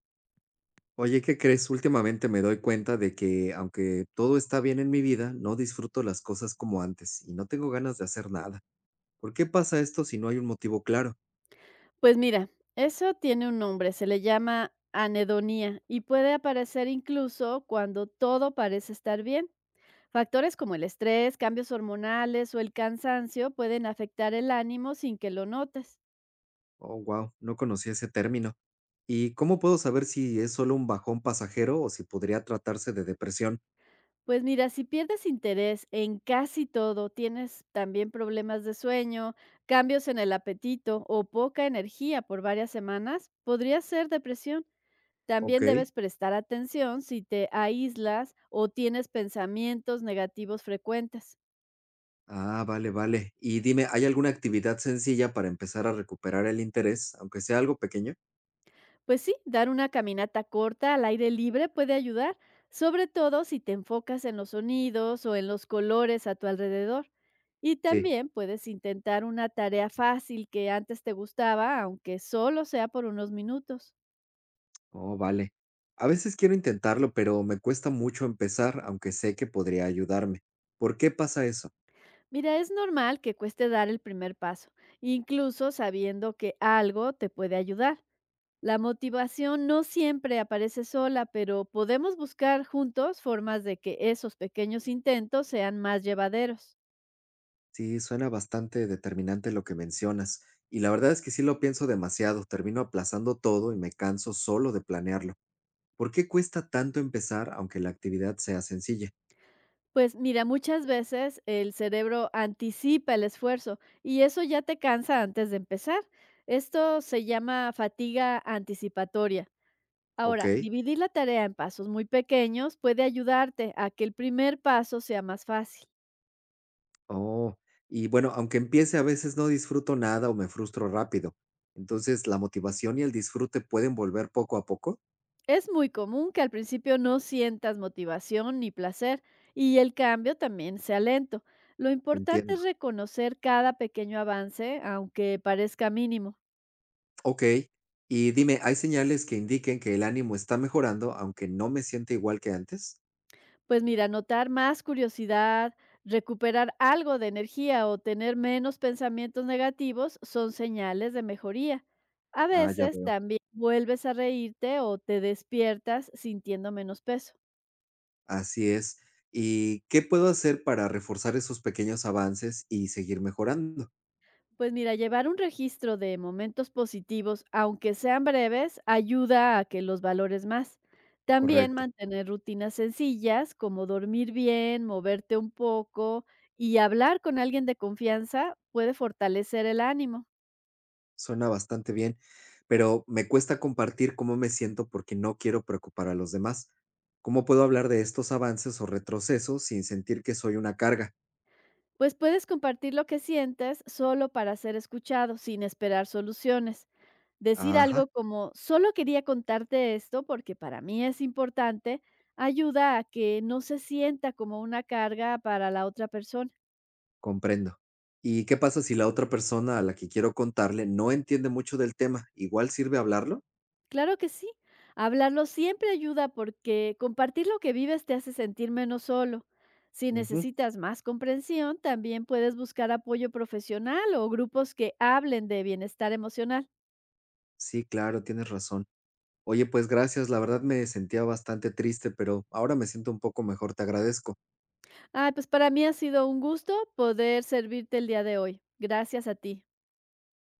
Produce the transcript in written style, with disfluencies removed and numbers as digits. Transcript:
Oye, ¿qué crees? Últimamente me doy cuenta de que aunque todo está bien en mi vida, no disfruto las cosas como antes y no tengo ganas de hacer nada. ¿Por qué pasa esto si no hay un motivo claro? Pues mira, eso tiene un nombre, se le llama anhedonía y puede aparecer incluso cuando todo parece estar bien. Factores como el estrés, cambios hormonales o el cansancio pueden afectar el ánimo sin que lo notes. Oh, wow, no conocí ese término. ¿Y cómo puedo saber si es solo un bajón pasajero o si podría tratarse de depresión? Pues mira, si pierdes interés en casi todo, tienes también problemas de sueño, cambios en el apetito o poca energía por varias semanas, podría ser depresión. Ok. También debes prestar atención si te aíslas o tienes pensamientos negativos frecuentes. Ah, vale, vale. Y dime, ¿hay alguna actividad sencilla para empezar a recuperar el interés, aunque sea algo pequeño? Pues sí, dar una caminata corta al aire libre puede ayudar, sobre todo si te enfocas en los sonidos o en los colores a tu alrededor. Y Sí. también puedes intentar una tarea fácil que antes te gustaba, aunque solo sea por unos minutos. Oh, vale. A veces quiero intentarlo, pero me cuesta mucho empezar, aunque sé que podría ayudarme. ¿Por qué pasa eso? Mira, es normal que cueste dar el primer paso, incluso sabiendo que algo te puede ayudar. La motivación no siempre aparece sola, pero podemos buscar juntos formas de que esos pequeños intentos sean más llevaderos. Sí, suena bastante determinante lo que mencionas. Y la verdad es que sí lo pienso demasiado, termino aplazando todo y me canso solo de planearlo. ¿Por qué cuesta tanto empezar, aunque la actividad sea sencilla? Pues mira, muchas veces el cerebro anticipa el esfuerzo y eso ya te cansa antes de empezar. Esto se llama fatiga anticipatoria. Ok. Ahora, dividir la tarea en pasos muy pequeños puede ayudarte a que el primer paso sea más fácil. Oh. Y bueno, aunque empiece a veces no disfruto nada o me frustro rápido. Entonces, ¿la motivación y el disfrute pueden volver poco a poco? Es muy común que al principio no sientas motivación ni placer y el cambio también sea lento. Lo importante Entiendo. es reconocer cada pequeño avance, aunque parezca mínimo. Ok, y dime, ¿hay señales que indiquen que el ánimo está mejorando, aunque no me sienta igual que antes? Pues mira, notar más curiosidad, recuperar algo de energía o tener menos pensamientos negativos son señales de mejoría. A Ah, ya veces veo. también vuelves a reírte o te despiertas sintiendo menos peso. Así es. ¿Y qué puedo hacer para reforzar esos pequeños avances y seguir mejorando? Pues mira, llevar un registro de momentos positivos, aunque sean breves, ayuda a que los valores más. También Correcto. mantener rutinas sencillas como dormir bien, moverte un poco y hablar con alguien de confianza puede fortalecer el ánimo. Suena bastante bien, pero me cuesta compartir cómo me siento porque no quiero preocupar a los demás. ¿Cómo puedo hablar de estos avances o retrocesos sin sentir que soy una carga? Pues puedes compartir lo que sientes solo para ser escuchado, sin esperar soluciones. Decir Ajá. algo como, solo quería contarte esto porque para mí es importante, ayuda a que no se sienta como una carga para la otra persona. Comprendo. ¿Y qué pasa si la otra persona a la que quiero contarle no entiende mucho del tema? ¿Igual sirve hablarlo? Claro que sí, hablarlo siempre ayuda porque compartir lo que vives te hace sentir menos solo. Si Ujú, necesitas más comprensión, también puedes buscar apoyo profesional o grupos que hablen de bienestar emocional. sí, claro, tienes razón. Oye, pues gracias, la verdad me sentía bastante triste, pero ahora me siento un poco mejor, te agradezco. Ah, pues para mí ha sido un gusto poder servirte el día de hoy. Gracias a ti.